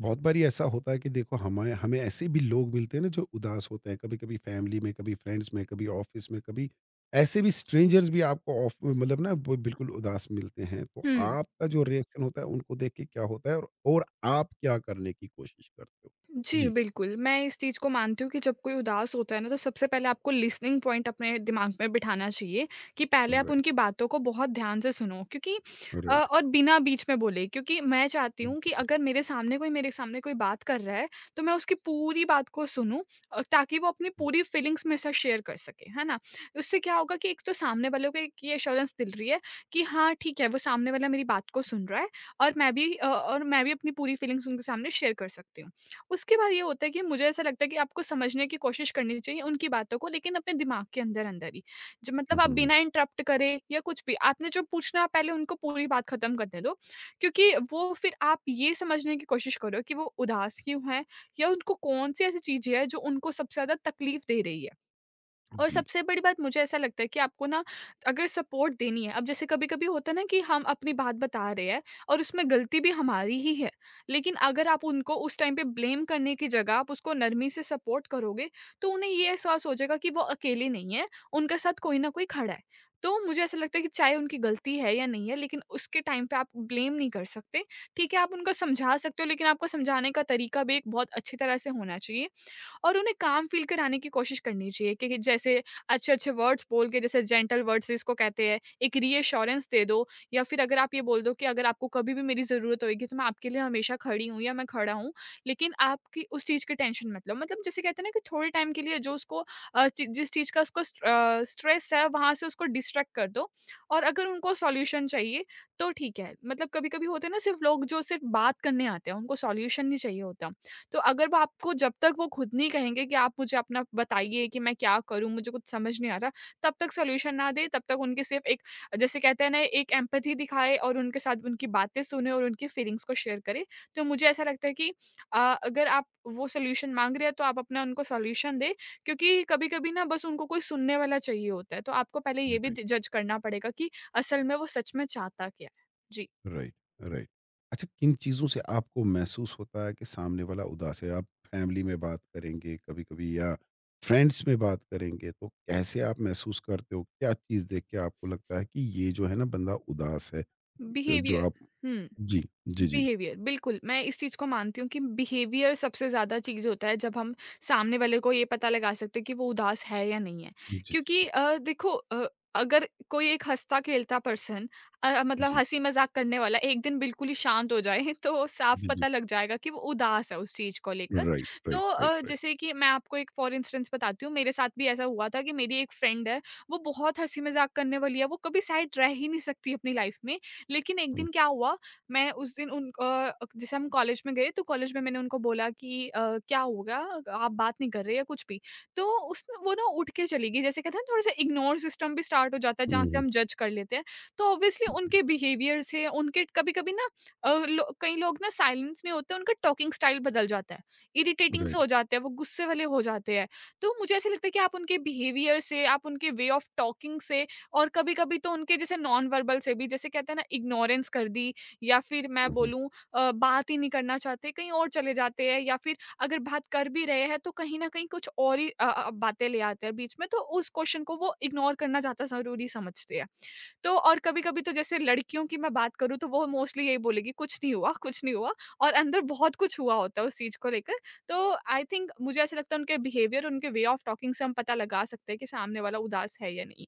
बहुत बारी ऐसा होता है कि देखो हमारे हमें ऐसे भी लोग मिलते हैं ना, जो उदास होते हैं। कभी कभी फैमिली में, कभी फ्रेंड्स में, कभी ऑफिस में, कभी ऐसे भी स्ट्रेंजर्स भी आपको ऑफ ना, वो बिल्कुल उदास मिलते हैं। तो हुँ। आपका जो रिएक्शन होता है उनको देख के, क्या होता है, और आप क्या करने की कोशिश करते हो? जी, जी। बिल्कुल, मैं इस चीज़ को मानती हूँ कि जब कोई उदास होता है ना, तो सबसे पहले आपको लिसनिंग पॉइंट अपने दिमाग में बिठाना चाहिए कि पहले आप राइट। उनकी बातों को बहुत ध्यान से सुनो क्योंकि राइट। और बिना बीच में बोले क्योंकि मैं चाहती जी। हूँ कि अगर मेरे सामने कोई बात कर रहा है, तो मैं उसकी पूरी बात को सुनूँ। ताकि वो अपनी हम्म, पूरी फीलिंग्स मेरे साथ शेयर कर सके, है ना? उससे क्या होगा कि एक तो सामने वालों को एक ये एश्योरेंस मिल रही है कि हाँ, ठीक है, वो सामने वाला मेरी बात को सुन रहा है और मैं भी अपनी पूरी फीलिंग्स उनके सामने शेयर कर सकती हूँ। उसके बाद ये होता है कि मुझे ऐसा लगता है कि आपको समझने की कोशिश करनी चाहिए उनकी बातों को लेकिन अपने दिमाग के अंदर अंदर ही मतलब आप हम्म। बिना इंटरप्ट करे या कुछ भी आपने जो पूछना है आप पहले उनको पूरी बात खत्म करने दो क्योंकि वो फिर आप ये समझने की कोशिश करो कि वो उदास क्यों है या उनको कौन सी ऐसी चीज है जो उनको सबसे ज्यादा तकलीफ दे रही है। और सबसे बड़ी बात मुझे ऐसा लगता है कि आपको ना अगर सपोर्ट देनी है अब जैसे कभी-कभी होता है ना कि हम अपनी बात बता रहे हैं और उसमें गलती भी हमारी ही है। लेकिन अगर आप उनको उस टाइम पे ब्लेम करने की जगह आप उसको नरमी से सपोर्ट करोगे, तो उन्हें ये एहसास हो जाएगा कि वो अकेले नहीं है, उनके साथ कोई ना कोई खड़ा है। तो मुझे ऐसा लगता है कि चाहे उनकी गलती है या नहीं है, लेकिन उसके टाइम पे आप ब्लेम नहीं कर सकते। ठीक है, आप उनको समझा सकते हो लेकिन आपको समझाने का तरीका भी एक बहुत अच्छी तरह से होना चाहिए। और उन्हें काम फ़ील कराने की कोशिश करनी चाहिए कि जैसे अच्छे-अच्छे वर्ड्स बोल के जैसे जेंटल वर्ड्स जिसको कहते हैं, एक रीअश्योरेंस दे दो या फिर अगर आप ये बोल दो कि अगर आपको कभी भी मेरी ज़रूरत होएगी तो मैं आपके लिए हमेशा खड़ी हूँ या मैं खड़ा हूँ, लेकिन आपकी उस चीज़ की टेंशन मत लो। मतलब जैसे कहते हैं ना कि थोड़े टाइम के लिए जो उसको अ, चि जिस चीज़ का उसको स्ट्रेस है वहाँ से उसको डिस्ट्रैक्ट कर दो और अगर उनको सॉल्यूशन चाहिए तो ठीक है। मतलब कभी-कभी होता है ना सिर्फ़ लोग जो सिर्फ़ बात करने आते हैं, उनको सॉल्यूशन नहीं चाहिए होता। तो अगर वो आपको जब तक वो खुद नहीं कहेंगे कि आप मुझे अपना बताइए कि मैं क्या करूँ? मुझे कुछ समझ नहीं आ रहा, तब तक सॉल्यूशन ना दें, तब तक उनकी सिर्फ़ एक जैसे कहते हैं ना एक एम्पैथी दिखाएँ और उनके साथ उनकी बातें सुनें और उनकी फीलिंग्स को शेयर करें। तो मुझे ऐसा लगता है कि अगर आप वो सॉल्यूशन माँग रहे हैं तो आप अपना उनको सॉल्यूशन दें, क्योंकि कभी-कभी ना बस उनको कोई सुनने वाला चाहिए होता है। तो आपको पहले ये भी जी। द जज करना पड़ेगा कि असल में वो सच में चाहता क्या है? जी, राइट। राइट। अच्छा, किन चीज़ों से आपको महसूस होता है कि सामने वाला उदास है? आप फैमिली में बात करेंगे कभी कभी, या फ्रेंड्स में बात करेंगे, तो कैसे आप महसूस करते हो? क्या चीज़ देख के आपको लगता है कि ये जो है ना बंदा उदास है? जो बिहेवियर। आप। हुँ। जी जी। जी बिहेवियर बिल्कुल मैं इस चीज को मानती हूँ कि बिहेवियर सबसे ज्यादा चीज होता है जब हम सामने वाले को ये पता लगा सकते हैं कि वो उदास है या नहीं है, जी। क्योंकि जी देखो, अगर कोई एक हंसता खेलता पर्सन मतलब जी। हंसी मजाक करने वाला एक दिन बिल्कुल ही शांत हो जाए तो साफ जी जी। पता लग जाएगा कि वो उदास है उस चीज को लेकर। राइट तो राइट राइट राइट। जैसे कि मैं आपको एक फॉर इंस्टेंस बताती हूँ, मेरे साथ भी ऐसा हुआ था कि मेरी एक फ्रेंड है, वो बहुत हंसी मजाक करने वाली है, वो कभी साइड रह ही नहीं सकती अपनी लाइफ में। लेकिन एक हम्म। दिन क्या हुआ, मैं उस दिन उनको जैसे हम कॉलेज में गए तो कॉलेज में मैंने उनको बोला कि क्या हो गया? आप बात नहीं कर रहे या कुछ भी। तो उसने वो ना उठ के चली गई, जैसे कहते हैं ना थोड़ा-सा इग्नोर सिस्टम भी स्टार्ट हो जाता है जहाँ से हम्म, हम जज कर लेते हैं। तो ऑब्वियसली जी। उनके बिहेवियर से उनके कभी-कभी ना अ, लो कई लोग ना साइलेंस में होते हैं, उनका टॉकिंग स्टाइल बदल जाता है। इरिटेटिंग से राइट हो जाते हैं, वो गुस्से वाले हो जाते हैं। तो मुझे ऐसा लगता है कि आप उनके बिहेवियर से, आप उनके वे ऑफ टॉकिंग से और कभी-कभी तो उनके जैसे नॉन वर्बल से भी जैसे कहते हैं ना इग्नोरेंस कर दी या फिर मैं बोलूँ बात ही नहीं करना चाहते, कहीं और चले जाते हैं या फिर अगर बात कर भी रहे हैं तो कहीं न कहीं कुछ और ही बातें ले आते हैं बीच में, तो उस क्वेश्चन को वो इग्नोर करना ज़्यादा ज़रूरी समझते हैं। तो और कभी-कभी तो जैसे लड़कियों की मैं बात करूँ तो वो मोस्टली यही बोलेगी कुछ नहीं हुआ, कुछ नहीं हुआ, और अंदर बहुत कुछ हुआ होता है उस चीज़ को लेकर। तो आई थिंक मुझे ऐसा लगता है उनके बिहेवियर, उनके वे ऑफ टॉकिंग से हम पता लगा सकते हैं कि सामने वाला उदास है या नहीं।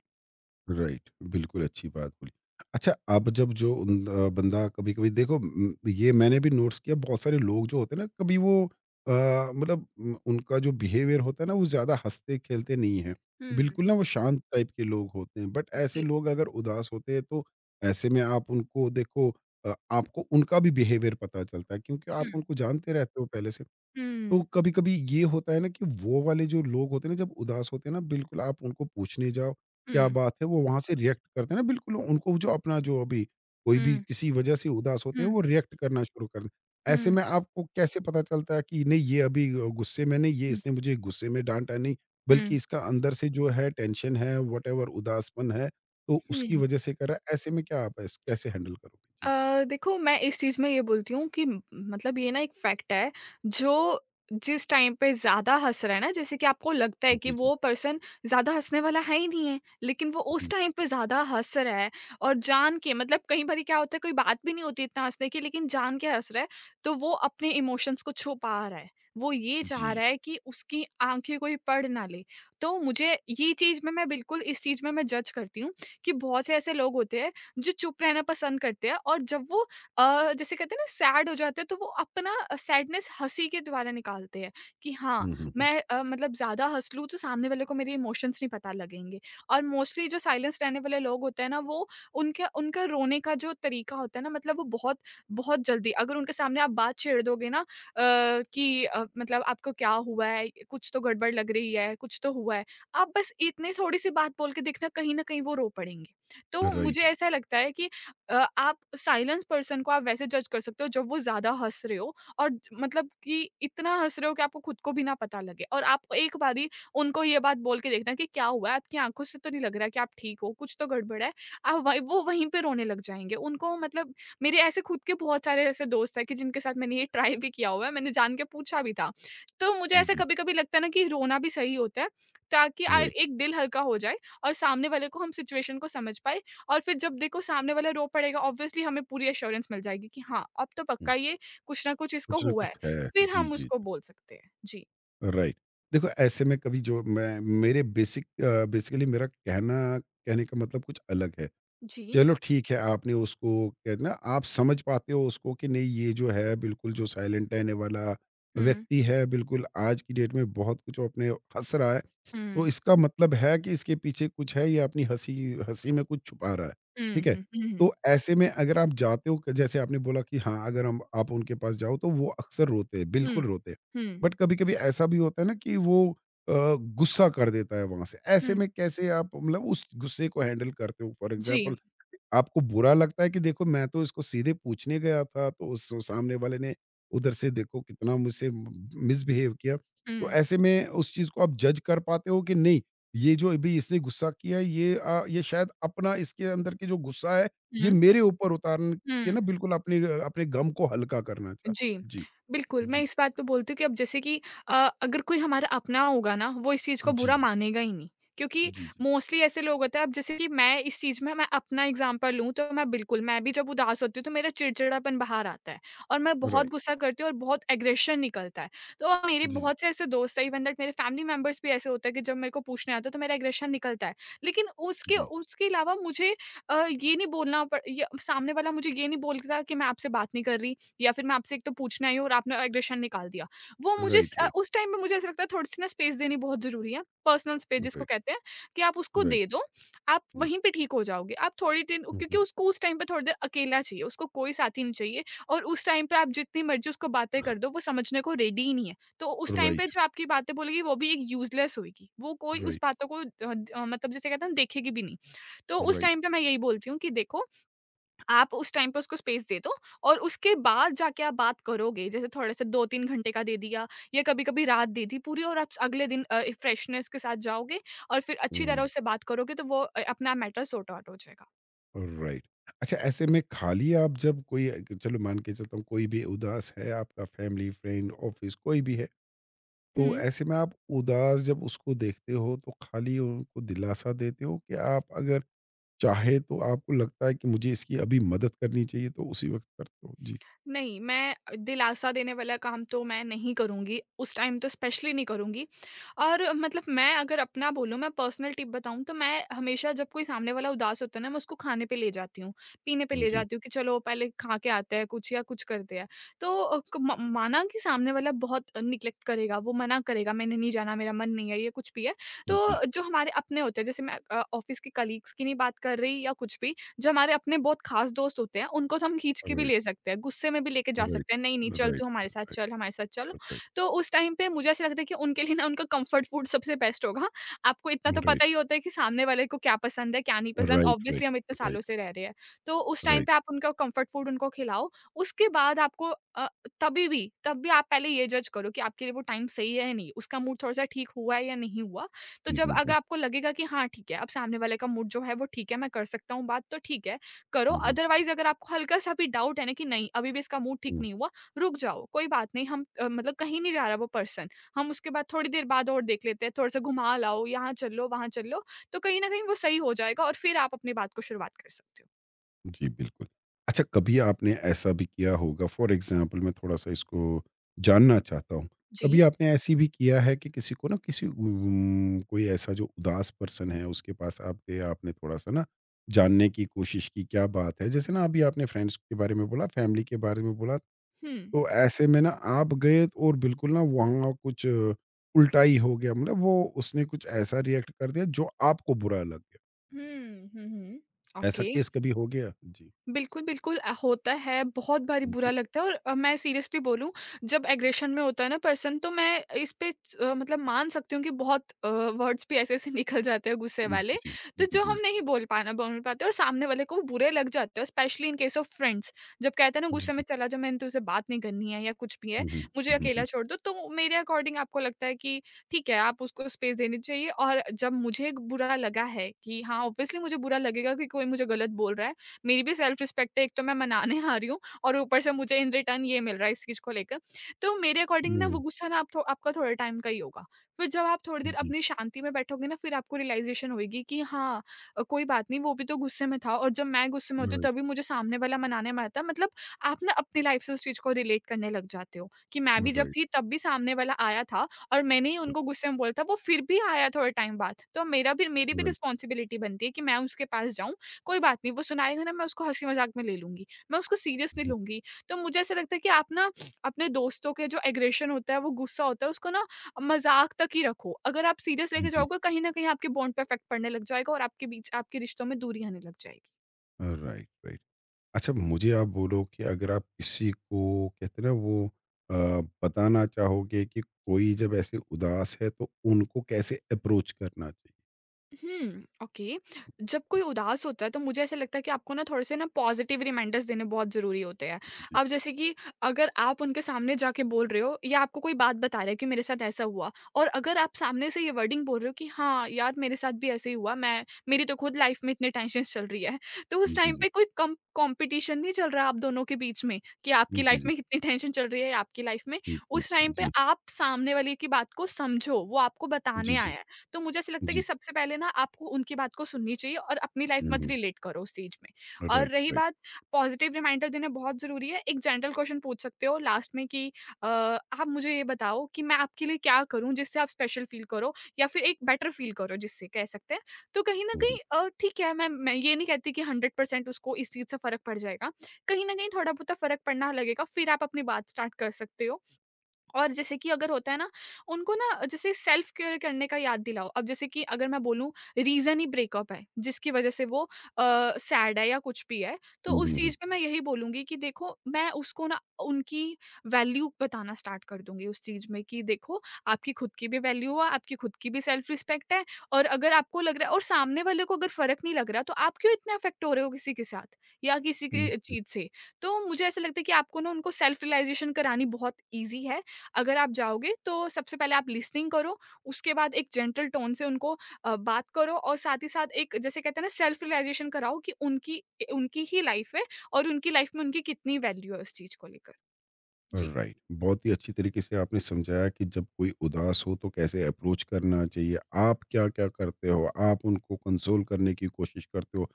राइट। बिल्कुल अच्छी बात बोली। अच्छा, अब जब जो बंदा कभी कभी, देखो ये मैंने भी नोट्स किया, बहुत सारे लोग जो होते हैं ना, कभी वो, अ, उनका जो बिहेवियर होता है ना, वो ज्यादा हंसते खेलते नहीं है, हुँ। बिल्कुल ना वो शांत टाइप के लोग होते हैं। बट ऐसे जी। लोग अगर उदास होते हैं, तो ऐसे में आप उनको देखो, आपको उनका भी बिहेवियर पता चलता है, क्योंकि आप हुँ। उनको जानते रहते हो पहले से। तो हुँ, कभी-कभी ये होता है ना, कि वो वाले जो लोग होते हैं ना, जब उदास होते हैं ना, बिल्कुल आप उनको पूछने जाओ, क्या हुँ, बात है? वो वहाँ से रिएक्ट करते हैं ना, बिल्कुल उनको जो अपना जो अभी कोई भी हुँ, किसी वजह से उदास होते हुँ, हैं, वो रिएक्ट करना शुरू कर दे। ऐसे हुँ, में आपको कैसे पता चलता है कि नहीं, ये अभी गुस्से में नहीं, ये हुँ, इसने मुझे गुस्से में डाँटा नहीं, बल्कि हुँ। इसका अंदर से जो है टेंशन है, व्हाटएवर उदासपन है, तो उसकी हुँ। वजह से कर रहा है। ऐसे में क्या आप ऐस कैसे हैंडल करोगे? जी। अ, देखो, मैं इस चीज़ में ये बोलती हूँ कि म मतलब ये ना एक फैक्ट है, जो जिस टाइम पे ज़्यादा हँस रहा है ना, जैसे कि आपको लगता है कि जी, जी, वो पर्सन ज़्यादा हँसने वाला है ही नहीं है, लेकिन वो उस जी, टाइम पे ज़्यादा हँस रहा है और जान के, मतलब कई बारी क्या होता है, कोई बात भी नहीं होती इतना हँसने की लेकिन जान के हँस रहा है, तो वो अपने इमोशंस को छुपा रहा है। वो ये चाह जी। रहा है कि उसकी आँखें कोई पढ़ ना ले। तो मुझे ये चीज़ में मैं बिल्कुल इस चीज़ में मैं जज करती हूँ, कि बहुत से ऐसे लोग होते हैं जो चुप रहना पसंद करते हैं और जब वो जैसे कहते हैं ना सैड हो जाते हैं तो वो अपना सैडनेस हंसी के द्वारा निकालते हैं कि हाँ, हुँ, हुँ, हुँ। मैं मतलब ज़्यादा हंस लूँ तो सामने वाले को मेरे इमोशंस नहीं पता लगेंगे। और मोस्टली जो साइलेंस रहने वाले लोग होते हैं ना, वो उनके उनका रोने का जो तरीका होता है ना, मतलब वो बहुत बहुत जल्दी अगर उनके सामने आप बात छेड़ दोगे ना, मतलब आपको क्या हुआ है, कुछ तो गड़बड़ लग रही है, कुछ तो हुआ है, आप बस इतने थोड़ी सी बात बोल के देखना कहीं ना कहीं वो रो पड़ेंगे। तो मुझे राइट। ऐसा लगता है कि आप साइलेंस पर्सन को आप वैसे जज कर सकते हो जब वो ज़्यादा हँस रहे हो और ज मतलब कि इतना हँस रहे हो कि आपको खुद को भी ना पता लगे, और आप एक बारी उनको ये बात बोल के देखना कि क्या हुआ है? आपकी आँखों से तो नहीं लग रहा है कि आप ठीक हो, कुछ तो गड़बड़ है। आप वही वो वहीं पे रोने लग जाएँगे। उनको मतलब मेरे ऐसे खुद के बहुत सारे ऐसे दोस्त हैं कि जिनके साथ मैंने ये ट्राई भी किया हुआ है, मैंने जान के पूछा भी था। तो मुझे ऐसा जी, कभी-कभी लगता है ना कि रोना भी सही होता है, ताकि आ राइट। एक दिल हल्का हो जाए और सामने वाले को हम सिचुएशन को समझ पाएँ, और फिर जब देखो सामने वाला रो पड़ेगा ऑब्वियसली हमें पूरी एश्योरेंस मिल जाएगी कि हाँ, अब तो हुँ। पक्का ये कुछ ना कुछ इसको कुछ ना हुआ कुछ है। है। फिर जी, हम जी। उसको बोल सकते हैं। जी। राइट। देखो ऐसे में, कभी जो मैं मेरे बेसिकली मेरा कहना कहने का मतलब कुछ अलग है। जी। चलो ठीक है, आपने उसको कहते ना, आप समझ पाते हो उसको कि नहीं, ये जो है बिल्कुल जो साइलेंट रहने वाला हुँ, व्यक्ति है, बिल्कुल आज की डेट में बहुत कुछ वो अपने हँस रहा है। तो हुँ, इसका मतलब है कि इसके पीछे कुछ है, ये अपनी हँसी हँसी में कुछ छुपा रहा है, हुँ, ठीक है? हुँ, हुँ, तो ऐसे में अगर आप जाते हो, कि जैसे आपने बोला कि हाँ, अगर हम आप उनके पास जाओ, तो वो अक्सर रोते हैं, हुँ, बिल्कुल रोते हैं। हुँ, हुँ, बट कभी-कभी ऐसा भी होता है ना कि वो अ, गुस्सा कर देता है वहाँ से। ऐसे हुँ, में कैसे आप मतलब उस गुस्से को हैंडल करते हो? फॉर जी, एग्ज़ाम्पल आपको बुरा लगता है कि देखो, मैं तो इसको सीधे पूछने गया था, तो उस सामने वाले ने उधर से, देखो कितना मुझसे मिसबिहेव किया। तो हुँ, ऐसे में उस चीज़ को आप जज कर पाते हो कि नहीं, ये जो अभी इसने गुस्सा किया है, ये शायद अपना इसके अंदर के जो गुस्सा है, ये हुँ, मेरे ऊपर उतारने के ना, हुँ। बिल्कुल अपने गम को हल्का करना चाहता जी, है। जी, बिल्कुल, जी, मैं जी। इस बात पे बोलती हूँ कि अब जैसे कि अ, अगर कोई हमारा अपना होगा ना, वो इस चीज़ को जी बुरा हाँ। मानेगा ही नहीं, क्योंकि जी, जी। मोस्टली ऐसे लोग होते हैं, अब जैसे कि मैं इस चीज़ में मैं अपना एग्ज़ाम्पल लूँ, तो मैं बिल्कुल, मैं भी जब उदास होती हूँ, तो मेरा चिड़चिड़ापन बाहर आता है और मैं बहुत राइट। गुस्सा करती हूँ और बहुत एग्रेशन निकलता है। तो मेरे जी, जी। बहुत से ऐसे दोस्त हैं, इवन दैट मेरे फैमिली मेंबर्स भी ऐसे होते हैं कि जब मेरे को पूछने आते हैं, तो मेरा एग्रेशन निकलता है। लेकिन उसके जी। उसके अलावा मुझे ये नहीं बोलना पड़, या सामने वाला मुझे ये नहीं बोलता कि मैं आपसे बात नहीं कर रही या फिर मैं आपसे एक तो पूछना ही हूँ और आपने एग्रेशन निकाल दिया। वो मुझे स राइट, अ, राइट, उस टाइम पे मुझे ऐसा लगता है थोड़ी-सी ना स्पेस देनी बहुत ज़रूरी है। पर्सनल स्पेस जिसको राइट, कहते हैं कि आप उसको राइट। दे दो, आप हुँ, वहीं पे ठीक हो जाओगे। आप थोड़ी दिन हुँ, क्योंकि हुँ। उसको उस टाइम पे थोड़ी देर अकेला चाहिए, उसको कोई साथी नहीं चाहिए, और उस टाइम पे आप जितनी मर्ज़ी उसको बातें कर दो, वो समझने को रेडी ही नहीं है। तो उस टाइम पे राइट, जो आपकी बातें बोलेगी वो भी एक यूज़लेस होएगी। वो कोई उस राइट, बातों को मतलब जिसे कहते हैं ना देखेगी भी नहीं। तो उस राइट। टाइम पे मैं यही बोलती हूँ कि देखो, आप उस टाइम पे उसको स्पेस दे दो और उसके बाद जाके आप बात करोगे। जैसे थोड़ा सा 2-3 घंटे का दे दिया या कभी-कभी रात दे दी पूरी, और आप अगले दिन फ्रेशनेस के साथ जाओगे और फिर अच्छी तरह हुँ, उससे बात करोगे तो वो अपना मैटर सॉर्ट आउट हो जाएगा। राइट। अच्छा, ऐसे में खाली आप जब कोई, चलो मान के चलता हूँ कोई भी उदास है, आपका फैमिली, फ्रेंड, ऑफ़िस कोई भी है। तो हुँ। ऐसे में आप उदास जब उसको देखते हो, तो खाली उनको दिलासा देते हो? कि आप अगर चाहे तो, आपको लगता है कि मुझे इसकी अभी मदद करनी चाहिए, तो उसी वक्त करते हो? जी। नहीं, मैं दिलासा देने वाला काम तो मैं नहीं करूँगी, उस टाइम तो स्पेशली नहीं करूँगी। और मतलब मैं अगर अपना बोलूँ, मैं पर्सनल टिप बताऊँ, तो मैं हमेशा जब कोई सामने वाला उदास होता है ना, मैं उसको खाने पे ले जाती हूँ, पीने पे ले जी। जाती हूँ कि चलो पहले खा के आते हैं कुछ या कुछ करते हैं। तो अ, क म माना कि सामने वाला बहुत निग्लेक्ट करेगा, वो मना करेगा, मैंने नहीं जाना, मेरा मन नहीं है, ये कुछ भी है। तो जी। जो हमारे अपने होते हैं, जैसे मैं ऑफ़िस के कलीग्स की नहीं बात कर रही या कुछ भी, जो हमारे अपने बहुत खास दोस्त होते हैं उनको तो हम खींच के भी राइट ले सकते हैं, गुस्से में भी लेके जा राइट सकते हैं, "नहीं, नहीं राइट चल तू हमारे राइट साथ चल, राइट। हमारे साथ चल।" राइट तो उस टाइम पे मुझे ऐसा लगता है कि उनके लिए ना उनका कम्फर्ट फूड सबसे बेस्ट होगा। आपको इतना तो पता राइट ही होता है कि सामने वाले को क्या पसंद है, क्या नहीं पसंद, राइट ऑब्वियसली हम इतने सालों राइट से रह रहे हैं। तो उस टाइम पे आप उनका कम्फर्ट फूड उनको खिलाओ, उसके बाद आपको अ, तभी भी तब भी आप पहले ये जज करो कि आपके लिए वो टाइम सही है या नहीं, उसका मूड थोड़ा-सा ठीक हुआ है या नहीं हुआ। तो जब अगर आपको लगेगा कि हाँ ठीक है, अब सामने वाले का मूड जो है वो ठीक है, मैं कर सकता हूँ बात, तो ठीक है, करो। अदरवाइज़ अगर आपको हल्का-सा भी डाउट है ना कि नहीं अभी भी इसका मूड ठीक राइट। नहीं हुआ, रुक जाओ, कोई बात नहीं। हम मतलब कहीं नहीं जा रहा वो पर्सन, हम उसके बाद थोड़ी देर बाद और देख लेते हैं, थोड़ा-सा घुमा लाओ, यहाँ चल लो, वहाँ चल लो, तो कहीं न कहीं वो सही हो जाएगा और फिर आप अपनी बात को शुरुआत कर सकते हो। जी, बिल्कुल। अच्छा, कभी आपने ऐसा भी किया होगा, फॉर एग्ज़ाम्पल मैं थोड़ा-सा इसको जानना चाहता हूँ। कभी जी। आपने ऐसी भी किया है कि किसी को ना, किसी कोई ऐसा जो उदास पर्सन है, उसके पास आप गए, आपने थोड़ा-सा ना जानने की कोशिश की, क्या बात है? जैसे ना, अभी आपने फ्रेंड्स के बारे में बोला, फैमिली के बारे में बोला, हुँ। तो ऐसे में ना आप गए और बिल्कुल ना, वहाँ कुछ उल्टा ही हो गया। मतलब वो, उसने कुछ ऐसा रिएक्ट कर दिया जो आपको बुरा लग गया। हुँ, हुँ, हुँ। ऐसा ओके। केस कभी हो गया? जी। बिल्कुल, बिल्कुल होता है, बहुत भारी जी। बुरा लगता है, और मैं सीरियसली बोलूँ, जब एग्रेशन में होता है ना पर्सन, तो मैं इस पे मतलब मान सकती हूँ कि बहुत वर्ड्स भी ऐसे-ऐसे निकल जाते हैं गुस्से जी, वाले। जी। तो जी, जो जी, हम नहीं बोल पाते, और सामने वाले को वो बुरे लग जाते हैं, specially in case of friends. जब कहते हैं ना जी, गुस्से में, जी। चला जा, मैंने तुझसे बात नहीं करनी है या कुछ भी है, हुँ, हुँ। मुझे हुँ, हुँ, अकेला हुँ। छोड़ दो, तो मेरे अकॉर्डिंग आपको लगता है कि ठीक है, आप उसको स्पेस देनी चाहिए। और जब मुझे बुरा लगा है कि हाँ, ऑब्वियसली मुझे बुरा लगेगा कि कोई मुझे गलत बोल रहा है। मेरी भी सेल्फ रिस्पेक्ट है, एक तो मैं मनाने आ रही हूँ और ऊपर से मुझे इन रिटर्न ये मिल रहा है इस चीज़ को लेकर। तो मेरे अकॉर्डिंग ना वो गुस्सा ना, आप थो आपका थोड़े टाइम का ही होगा। फिर जब आप थोड़ी हुँ, देर जी। अपनी शांति में बैठोगे ना, फिर आपको रियलाइज़ेशन होएगी कि हाँ कोई बात नहीं, वो भी तो गुस्से में था, और जब मैं गुस्से में होती हूँ राइट, तभी मुझे सामने वाला मनाने में आता है। मतलब आप ना अपनी लाइफ़ से उस चीज़ को रिलेट करने लग जाते हो कि मैं भी जब राइट, थी तब भी सामने वाला आया था, और मैंने ही उनको गुस्से में बोला था, वो फिर भी आया थोड़े टाइम बाद। तो मेरा भी मेरी भी राइट। रिस्पॉन्सिबिलिटी बनती है कि मैं उसके पास जाऊँ। कोई बात नहीं वो सुनाएगा ना, मैं उसको हँसी मज़ाक में ले लूँगी, मैं उसको सीरियस नहीं लूँगी। तो मुझे ऐसा लगता है कि आप ना अपने दोस्तों के जो एग्रेशन होता है, वो गुस्सा होता है, उसको ना मज़ाक तक ही रखो। अगर आप सीरियस हुँ, लेके जी। जाओगे, कहीं न कहीं आपके बॉन्ड पे इफ़ेक्ट पड़ने लग जाएगा और आपके रिश्तों में दूरी आने लग जाएगी। Right, right. अच्छा, मुझे आप बोलो कि अगर आप किसी को कहते हैं ना वो अ, बताना चाहोगे कि कोई जब ऐसे उदास है, तो उनको कैसे अप्रोच करना चाहिए? हुँ, ओके। जब कोई उदास होता है तो मुझे ऐसा लगता है कि आपको ना थोड़े से ना पॉज़िटिव रिमाइंडर्स देने बहुत ज़रूरी होते हैं। जी, जी, जी। अब जैसे कि अगर आप उनके सामने जाके बोल रहे हो या आपको कोई बात बता रहा है कि मेरे साथ ऐसा हुआ, और अगर आप सामने से ये वर्डिंग बोल रहे हो कि हाँ, यार मेरे साथ भी ऐसे ही हुआ, मैं मेरी तो खुद लाइफ़ में इतने टेंशन्स चल रही है। तो उस जी, टाइम जी। पे कोई कम कॉम्पिटिशन नहीं चल रहा आप दोनों के बीच में कि आपकी जी, लाइफ़ जी। में कितनी टेंशन चल रही है या आपकी लाइफ़ में। जी, उस टाइम पे जी। आप सामने वाले की बात को समझो, वो आपको बताने आया है। तो मुझे ऐसा जी, लगता है कि जी। सबसे पहले ना आपको उनकी बात को सुननी चाहिए और अपनी लाइफ हुँ, मत हुँ। रिलेट करो उस चीज में। और राइट, रही राइट। बात, पॉजिटिव रिमाइंडर देना बहुत जरूरी है। एक जनरल क्वेश्चन पूछ सकते हो लास्ट में कि आप मुझे ये बताओ कि मैं आपके लिए क्या करूं जिससे आप स्पेशल फील करो या फिर एक बेटर फील करो, जिससे कह सकते हैं, तो कहीं ना हुँ, हुँ। कहीं ठीक है, मैं ये नहीं कहती कि हंड्रेड परसेंट उसको इस चीज से फर्क पड़ जाएगा, कहीं ना कहीं थोड़ा बहुत फर्क पड़ना लगेगा, फिर आप अपनी बात स्टार्ट कर सकते हो। और जैसे कि अगर होता है ना, उनको ना जैसे सेल्फ केयर करने का याद दिलाओ। अब जैसे कि अगर मैं बोलूँ रीज़न ही ब्रेकअप है, जिसकी वज़ह से वो अ, सैड है या कुछ भी है, तो हुँ, उस हुँ, हुँ। चीज़ पे मैं यही बोलूँगी कि देखो मैं उसको ना उनकी वैल्यू बताना स्टार्ट कर दूँगी उस चीज़ में कि देखो, आपकी खुद की भी वैल्यू है, आपकी खुद की भी सेल्फ रिस्पेक्ट है, और अगर आपको लग रहा है और सामने वाले को अगर फ़र्क नहीं लग रहा, तो आप क्यों इतने अफ़ेक्ट हो रहे हो किसी के साथ या किसी की चीज़ से? तो मुझे ऐसा लगता है कि आपको ना उनको सेल्फ रियलाइज़ेशन करानी बहुत ईज़ी है। अगर आप जाओगे तो सबसे पहले आप लिसनिंग करो, उसके बाद एक जेंटल टोन से उनको बात करो, और साथ ही साथ एक जैसे कहते हैं ना सेल्फ रियलाइज़ेशन कराओ कि उनकी ही लाइफ़ है, और उनकी लाइफ़ में उनकी कितनी वैल्यू है उस चीज़ को लेकर। जी। राइट, बहुत ही अच्छी तरीके से आपने समझाया कि जब कोई उदास हो, तो कैसे अप्रोच करना चाहिए, आप क्या क्या करते हो, आप उनको कंसोल करने की कोशिश करते हो,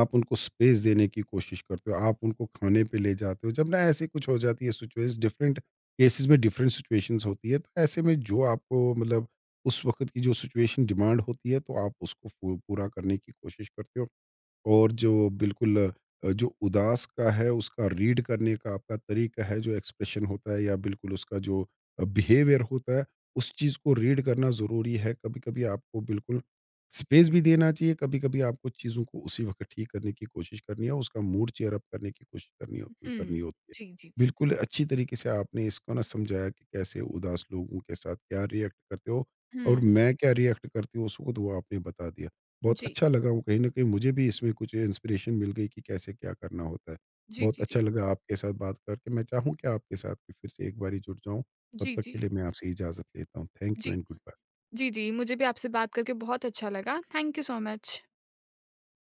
आप उनको स्पेस देने की कोशिश करते हो, आप उनको खाने पे ले जाते हो। जब ना ऐसे कुछ हो जाती है सिचुएशन, डिफरेंट केसेस में डिफरेंट सिचुएशंस होती है, तो ऐसे में जो आपको मतलब उस वक्त की जो सिचुएशन डिमांड होती है, तो आप उसको पूरा करने की कोशिश करते हो। और जो बिल्कुल जो उदास का है, उसका रीड करने का आपका तरीका है, जो एक्सप्रेशन होता है, या बिल्कुल उसका जो बिहेवियर होता है, उस चीज़ को रीड करना ज़रूरी है। कभी-कभी आपको बिल्कुल स्पेस भी देना चाहिए, कभी-कभी आपको चीज़ों को उसी वक़्त ठीक करने की कोशिश करनी है, उसका मूड चेयर अप करने की कोशिश करनी हो करनी हुँ। होती है। जी, जी, जी। बिल्कुल अच्छी तरीके से आपने इसको ना समझाया कि कैसे उदास लोगों के साथ क्या रिएक्ट करते हो हुँ। और मैं क्या रिएक्ट करती हूँ उस वक़्त, वो आपने बता दिया। बहुत जी। अच्छा लगा, वो कहीं न कहीं मुझे भी इसमें कुछ इंस्पिरेशन मिल गई कि कैसे क्या करना होता है। जी, बहुत जी, अच्छा जी। लगा आपके साथ बात करके। मैं चाहूँ कि आपके साथ कि फिर से एक बारी जुड़ जाऊँ। तब जी, तक जी। के लिए मैं आपसे इजाज़त लेता हूँ। थैंक जी। यू एंड गुड जी, बाय। जी, जी, मुझे भी आपसे बात करके बहुत अच्छा लगा। Thank you so much.